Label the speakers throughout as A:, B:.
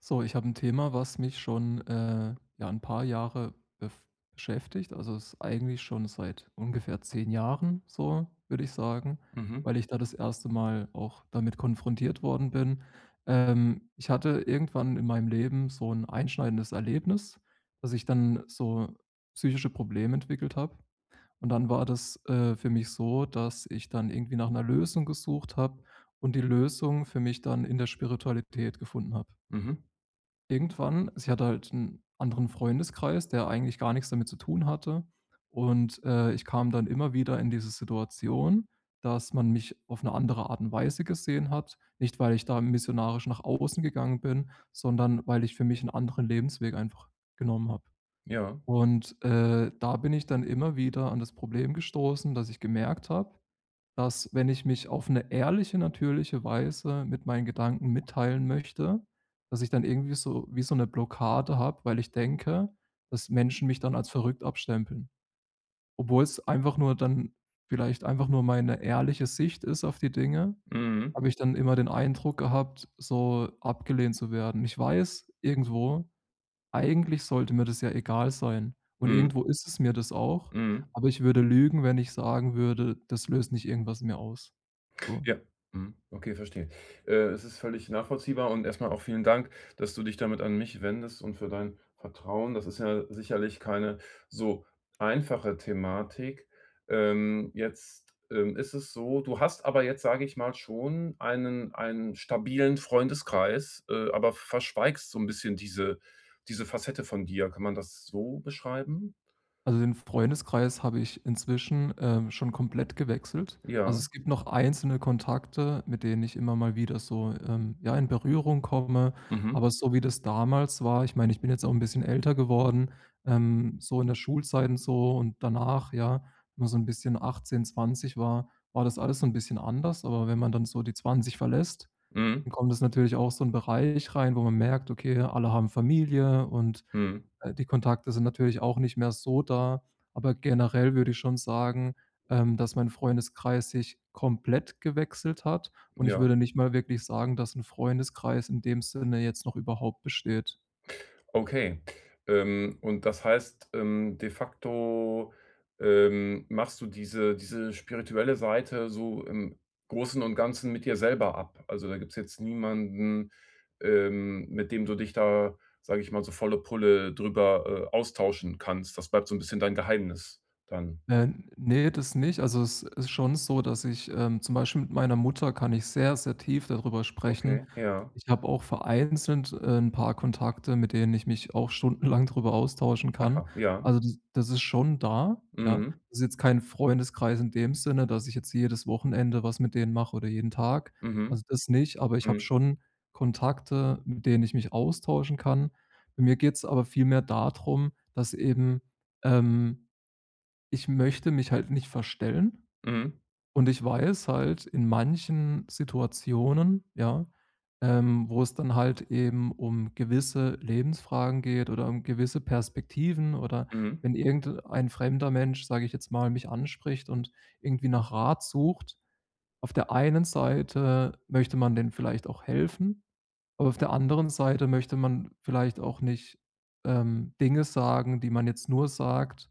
A: So, ich habe ein Thema, was mich schon, ja, ein paar Jahre bef beschäftigt. Also, es ist eigentlich schon seit ungefähr 10 Jahren so, würde ich sagen,
B: Mhm,
A: weil ich da das erste Mal auch damit konfrontiert worden bin. Ich hatte irgendwann in meinem Leben so ein einschneidendes Erlebnis, dass ich dann so psychische Probleme entwickelt habe. Und dann war das, für mich so, dass ich dann irgendwie nach einer Lösung gesucht habe und die Lösung für mich dann in der Spiritualität gefunden habe.
B: mhm,
A: Irgendwann sie hatte halt einen anderen Freundeskreis, der eigentlich gar nichts damit zu tun hatte. Und, ich kam dann immer wieder in diese Situation, dass man mich auf eine andere Art und Weise gesehen hat. Nicht, weil ich da missionarisch nach außen gegangen bin, sondern weil ich für mich einen anderen Lebensweg einfach genommen habe.
B: ja.
A: Und, da bin ich dann immer wieder an das Problem gestoßen, dass ich gemerkt habe, dass, wenn ich mich auf eine ehrliche, natürliche Weise mit meinen Gedanken mitteilen möchte, dass ich dann irgendwie so wie so eine Blockade habe, weil ich denke, dass Menschen mich dann als verrückt abstempeln. Obwohl es einfach nur dann vielleicht einfach nur meine ehrliche Sicht ist auf die Dinge,
B: Mhm,
A: habe ich dann immer den Eindruck gehabt, so abgelehnt zu werden. Ich weiß irgendwo, eigentlich sollte mir das ja egal sein und
B: mhm,
A: irgendwo ist es mir das auch,
B: mhm.
A: aber ich würde lügen, wenn ich sagen würde, das löst nicht irgendwas in mir aus, so.
B: Ja, mhm. Okay, verstehe. Es ist völlig nachvollziehbar und erstmal auch vielen Dank, dass du dich damit an mich wendest und für dein Vertrauen. Das ist ja sicherlich keine so einfache Thematik. Ist es so, du hast aber jetzt, sage ich mal, schon einen stabilen Freundeskreis, aber verschweigst so ein bisschen diese Facette von dir. Kann man das so beschreiben?
A: Also, den Freundeskreis habe ich inzwischen, schon komplett gewechselt. Also,
B: Ja.
A: es gibt noch einzelne Kontakte, mit denen ich immer mal wieder so, ja, in Berührung komme.
B: Mhm.
A: Aber so wie das damals war, ich meine, ich bin jetzt auch ein bisschen älter geworden, so in der Schulzeit und so und danach, ja, wenn man so ein bisschen 18, 20 war, war das alles so ein bisschen anders. Aber wenn man dann so die 20 verlässt,
B: Mhm.
A: dann kommt es natürlich auch so ein Bereich rein, wo man merkt, okay, alle haben Familie und
B: hm
A: die Kontakte sind natürlich auch nicht mehr so da, aber generell würde ich schon sagen, dass mein Freundeskreis sich komplett gewechselt hat und ich
B: Ja,
A: würde nicht mal wirklich sagen, dass 'n Freundeskreis in dem Sinne jetzt noch überhaupt besteht.
B: okay. Und das heißt, de facto, machst du diese spirituelle Seite so im Großen und Ganzen mit dir selber ab? Also, da gibt's jetzt niemanden, mit dem du dich da, sage ich mal, so volle Pulle drüber, austauschen kannst. Das bleibt so ein bisschen dein Geheimnis dann.
A: Äh, ne, das nicht. Also, es ist schon so, dass ich, zum Beispiel mit meiner Mutter kann ich sehr, sehr tief darüber sprechen.
B: Okay, ja.
A: Ich habe auch vereinzelt, 'n paar Kontakte, mit denen ich mich auch stundenlang darüber austauschen kann.
B: Aha, ja.
A: Also, das ist schon da, ja.
B: Mhm.
A: Das ist jetzt kein Freundeskreis in dem Sinne, dass ich jetzt jedes Wochenende was mit denen mache oder jeden Tag.
B: Mhm.
A: Also, das nicht, aber ich habe
B: Mhm.
A: schon Kontakte, mit denen ich mich austauschen kann. Bei mir geht es aber vielmehr darum, dass eben, ähm ich möchte mich halt nicht verstellen,
B: Mhm.
A: und ich weiß halt in manchen Situationen, ja, wo es dann halt eben um gewisse Lebensfragen geht oder um gewisse Perspektiven, oder
B: Mhm.
A: wenn irgendein fremder Mensch, sage ich jetzt mal, mich anspricht und irgendwie nach Rat sucht, auf der einen Seite möchte man denen vielleicht auch helfen, aber auf der anderen Seite möchte man vielleicht auch nicht, Dinge sagen, die man jetzt nur sagt,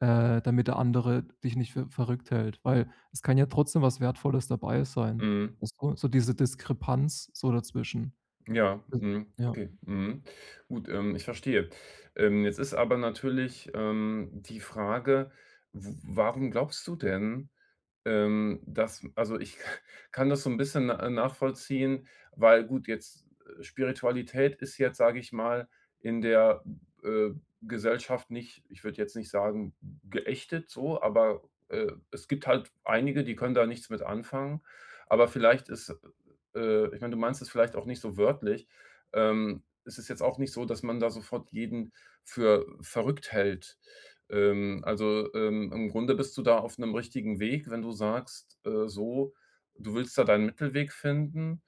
A: damit der andere dich nicht für verrückt hält, weil es kann ja trotzdem was Wertvolles dabei
B: Mhm.
A: sein.
B: Mhm.
A: So, diese Diskrepanz so dazwischen.
B: Ja,
A: Also,
B: mhm,
A: ja.
B: okay, mhm. Gut, ich verstehe. Jetzt ist aber natürlich, die Frage, w warum glaubst du denn, das also, ich kann das so ein bisschen nachvollziehen, weil gut, jetzt Spiritualität ist jetzt, sage ich mal, in der, äh, Gesellschaft nicht, ich würde jetzt nicht sagen, geächtet so, aber, es gibt halt einige, die können da nichts mit anfangen. Aber vielleicht ist ich meine, du meinst es vielleicht auch nicht so wörtlich. Es ist jetzt auch nicht so, dass man da sofort jeden für verrückt hält. Im Grunde bist du da auf einem richtigen Weg, wenn du sagst, so, du willst da deinen Mittelweg finden.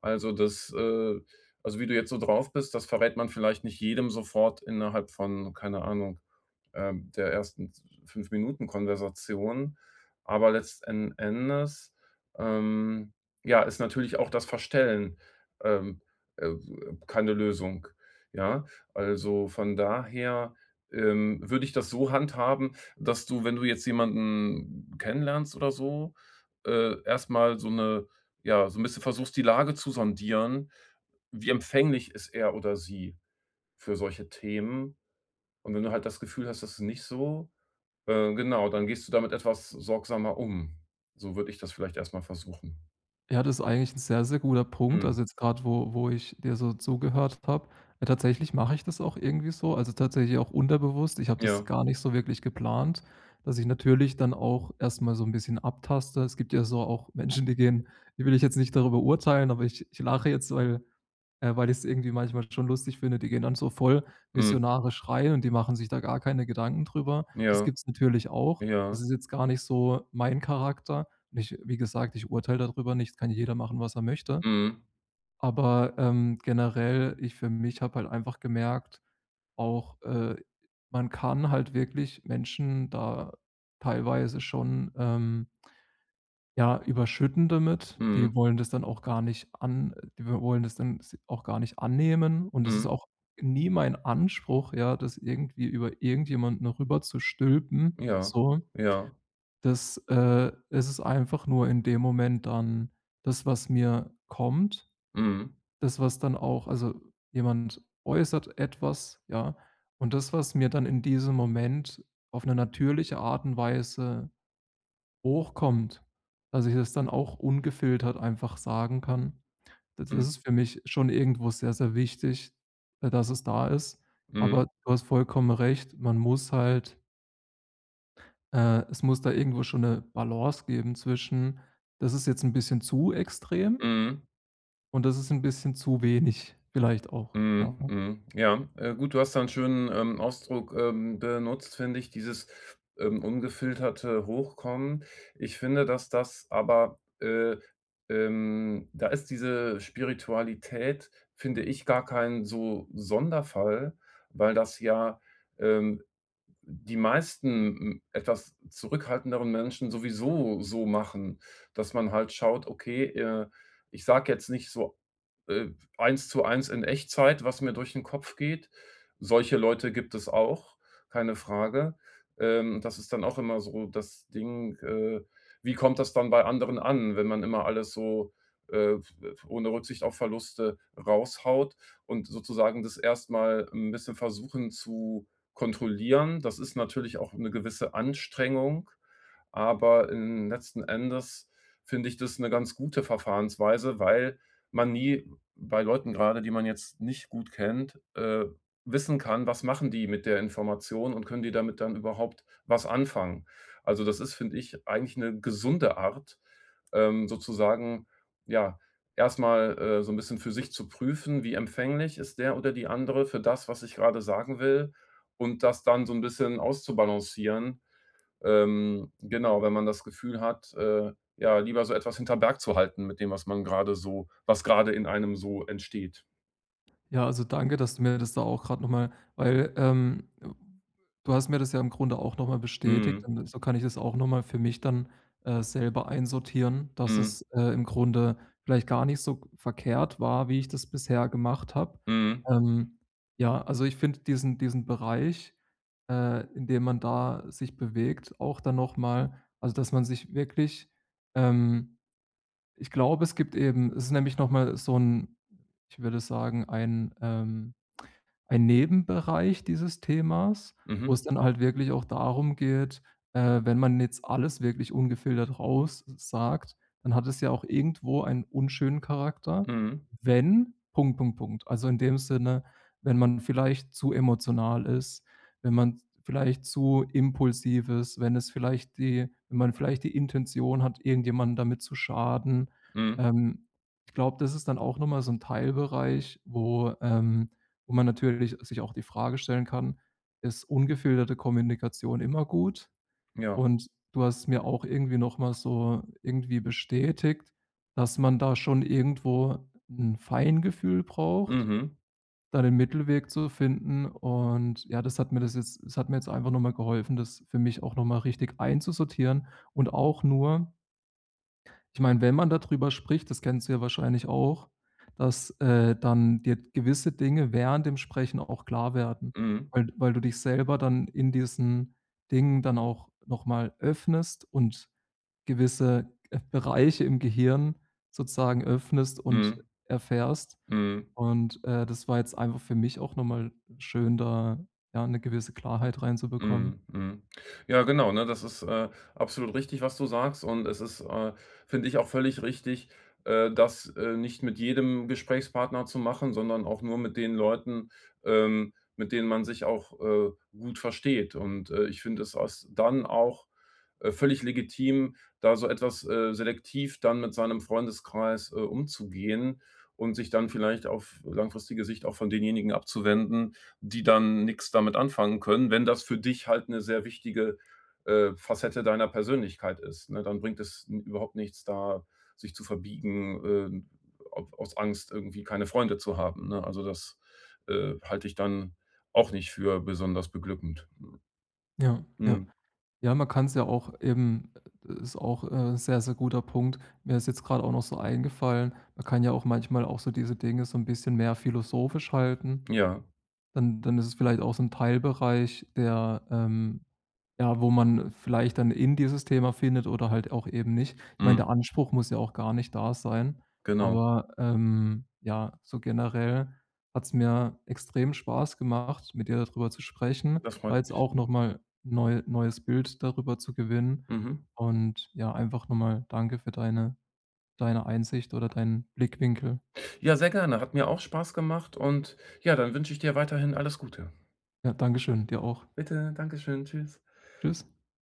B: Also, also, wie du jetzt so drauf bist, das verrät man vielleicht nicht jedem sofort innerhalb von, keine Ahnung, der ersten 5 Minuten Konversation. Aber letzten Endes, ähm, ja, ist natürlich auch das Verstellen, ähm, äh, keine Lösung, ja? Also, von daher, würde ich das so handhaben, dass du, wenn du jetzt jemanden kennenlernst oder so, erst so eine, ja, so ein bisschen versuchst, die Lage zu sondieren. Wie empfänglich ist er oder sie für solche Themen? Und wenn du halt das Gefühl hast, das ist nicht so, genau, dann gehst du damit etwas sorgsamer um. So würde ich das vielleicht erst mal versuchen.
A: Ja, das ist eigentlich ein sehr, sehr guter Punkt.
B: Mhm.
A: Also, jetzt gerade, wo ich dir so zugehört habe. Tatsächlich mache ich das auch irgendwie so, also, tatsächlich auch unterbewusst. Ich habe das
B: Ja.
A: gar nicht so wirklich geplant, dass ich natürlich dann auch erstmal so ein bisschen abtaste. Es gibt ja so auch Menschen, die gehen die will ich jetzt nicht darüber urteilen, aber ich lache jetzt, weil weil ich es irgendwie manchmal schon lustig finde. Die gehen dann so voll
B: Mhm.
A: missionarisch rein und die machen sich da gar keine Gedanken drüber. Das
B: Ja.
A: gibt's natürlich auch. Das
B: Ja.
A: ist jetzt gar nicht so mein Charakter. Und ich, wie gesagt, ich urteile darüber nicht, kann jeder machen, was er möchte.
B: Mhm.
A: Aber, generell, ich für mich habe halt einfach gemerkt, auch, man kann halt wirklich Menschen da teilweise schon, ja, überschütten damit.
B: Mhm.
A: Die wollen das dann auch gar nicht an, die wollen das dann s auch gar nicht annehmen, und das ist
B: Mhm.
A: auch nie mein Anspruch, ja, das irgendwie über irgendjemanden rüber zu stülpen,
B: Ja.
A: so.
B: Ja.
A: Das, es ist einfach nur in dem Moment dann das, was mir kommt,
B: Mhm.
A: das, was dann auch, also, jemand äußert etwas, ja, und das, was mir dann in diesem Moment auf 'ne natürliche Art und Weise hochkommt, dass ich das dann auch ungefiltert einfach sagen kann. D das
B: Mhm.
A: ist für mich schon irgendwo sehr, sehr wichtig, dass es da ist.
B: Mhm.
A: Aber du hast vollkommen recht, man muss halt es muss da irgendwo schon 'ne Balance geben zwischen: „Das ist jetzt 'n bisschen zu extrem
B: Mhm.
A: und das ist 'n bisschen zu wenig“, vielleicht auch,
B: Mhm,
A: ja.
B: mhm. Ja, gut, du hast da 'n schönen, Ausdruck, benutzt, finde ich, dieses, ungefilterte Hochkommen. Ich finde, dass das aber, da ist diese Spiritualität, finde ich, gar kein so Sonderfall, weil das ja, ähm die meisten, hm, etwas zurückhaltenderen Menschen sowieso so machen, dass man halt schaut: „Okay, ich sage jetzt nicht so, äh, eins zu eins in Echtzeit, was mir durch den Kopf geht.“ Solche Leute gibt es auch, keine Frage. Das ist dann auch immer so das Ding, wie kommt das dann bei anderen an, wenn man immer alles so, äh, ohne Rücksicht auf Verluste raushaut und sozusagen das erstmal ein bisschen versuchen zu kontrollieren. Das ist natürlich auch eine gewisse Anstrengung, aber in letzten Endes finde ich das 'ne ganz gute Verfahrensweise, weil man nie bei Leuten grade, die man jetzt nicht gut kennt, wissen kann, was machen die mit der Information und können die damit dann überhaupt was anfangen? Also, das ist, finde ich, eigentlich 'ne gesunde Art, sozusagen, ja, erstmal so ein bisschen für sich zu prüfen, wie empfänglich ist der oder die andere für das, was ich gerade sagen will, und das dann so ein bisschen auszubalancieren. Genau, wenn man das Gefühl hat, ja, lieber so etwas hinter Berg zu halten mit dem, was man gerade so, was gerade in einem so entsteht.
A: Ja, also danke, dass du mir das da auch gerade nochmal, weil, du hast mir das ja im Grunde auch nochmal bestätigt,
B: Mhm.
A: und so kann ich das auch nochmal für mich dann, selber einsortieren, dass
B: Mhm.
A: es, im Grunde vielleicht gar nicht so verkehrt war, wie ich das bisher gemacht habe.
B: Mhm.
A: Ähm, ja, also ich finde diesen Bereich, in dem man da sich bewegt, auch dann nochmal, also, dass man sich wirklich, ähm ich glaube, es gibt eben, es ist nämlich noch mal so ein, ich würde sagen, ein Nebenbereich dieses Themas, wo
B: Mhm.
A: es dann halt wirklich auch darum geht, wenn man jetzt alles wirklich ungefiltert raus sagt, dann hat es ja auch irgendwo einen unschönen Charakter,
B: Mhm.
A: wenn Punkt, Punkt, Punkt. Also, in dem Sinne, wenn man vielleicht zu emotional ist, wenn man vielleicht zu impulsiv ist, wenn es vielleicht die, wenn man vielleicht die Intention hat, irgendjemanden damit zu schaden.
B: Mhm.
A: Ähm, Ich glaube, das ist dann auch nochmal so ein Teilbereich, wo, wo man natürlich sich auch die Frage stellen kann: „Ist ungefilterte Kommunikation immer gut?“
B: Ja.
A: Und du hast mir auch irgendwie noch mal so irgendwie bestätigt, dass man da schon irgendwo ein Feingefühl braucht,
B: Mhm.
A: da den Mittelweg zu finden. Und ja, das hat mir das jetzt, das hat mir jetzt einfach noch mal geholfen, das für mich auch noch mal richtig einzusortieren, und auch nur, ich meine, wenn man darüber spricht, das kennst du ja wahrscheinlich auch, dass, dann dir gewisse Dinge während dem Sprechen auch klar werden,
B: Mhm.
A: weil du dich selber dann in diesen Dingen dann auch nochmal öffnest und gewisse, Bereiche im Gehirn sozusagen öffnest
B: Mhm.
A: und erfährst.
B: Mhm.
A: Und, das war jetzt einfach für mich auch nochmal schön, da, ja, eine gewisse Klarheit reinzubekommen.
B: Mhm, mhm. Ja, genau, ne? Das ist, absolut richtig, was du sagst. Und es ist, finde ich auch völlig richtig, nicht mit jedem Gesprächspartner zu machen, sondern auch nur mit den Leuten, mit denen man sich auch, gut versteht. Und, ich finde es aus dann auch, völlig legitim, da so etwas, selektiv dann mit seinem Freundeskreis, umzugehen und sich dann vielleicht auf langfristige Sicht auch von denjenigen abzuwenden, die dann nichts damit anfangen können, wenn das für dich halt eine sehr wichtige, Facette deiner Persönlichkeit ist, ne? Dann bringt es n überhaupt nichts, da sich zu verbiegen, au aus Angst, irgendwie keine Freunde zu haben, ne? Also, das, halte ich dann auch nicht für besonders beglückend.
A: Ja, ja.
B: Mhm.
A: Ja, man kann es ja auch eben, das ist auch, sehr, sehr guter Punkt. Mir ist jetzt gerade auch noch so eingefallen, man kann ja auch manchmal auch so diese Dinge so ein bisschen mehr philosophisch halten.
B: Ja,
A: Dann ist es vielleicht auch so ein Teilbereich, der, ja, wo man vielleicht dann in dieses Thema findet oder halt auch eben nicht. Ich meine,
B: mhm,
A: der Anspruch muss ja auch gar nicht da sein,
B: genau.
A: aber, ja, so generell hat es mir extrem Spaß gemacht, mit dir darüber zu sprechen,
B: Das
A: da
B: freut
A: jetzt
B: mich.
A: auch nochmal neues Bild darüber zu gewinnen.
B: Mhm.
A: Und ja, einfach nochmal danke für deine Einsicht oder deinen Blickwinkel.
B: Ja, sehr gerne. Hat mir auch Spaß gemacht und ja, dann wünsche ich dir weiterhin alles Gute.
A: Ja, danke schön, dir auch.
B: Bitte, Dankeschön. Tschüss.
A: Tschüss.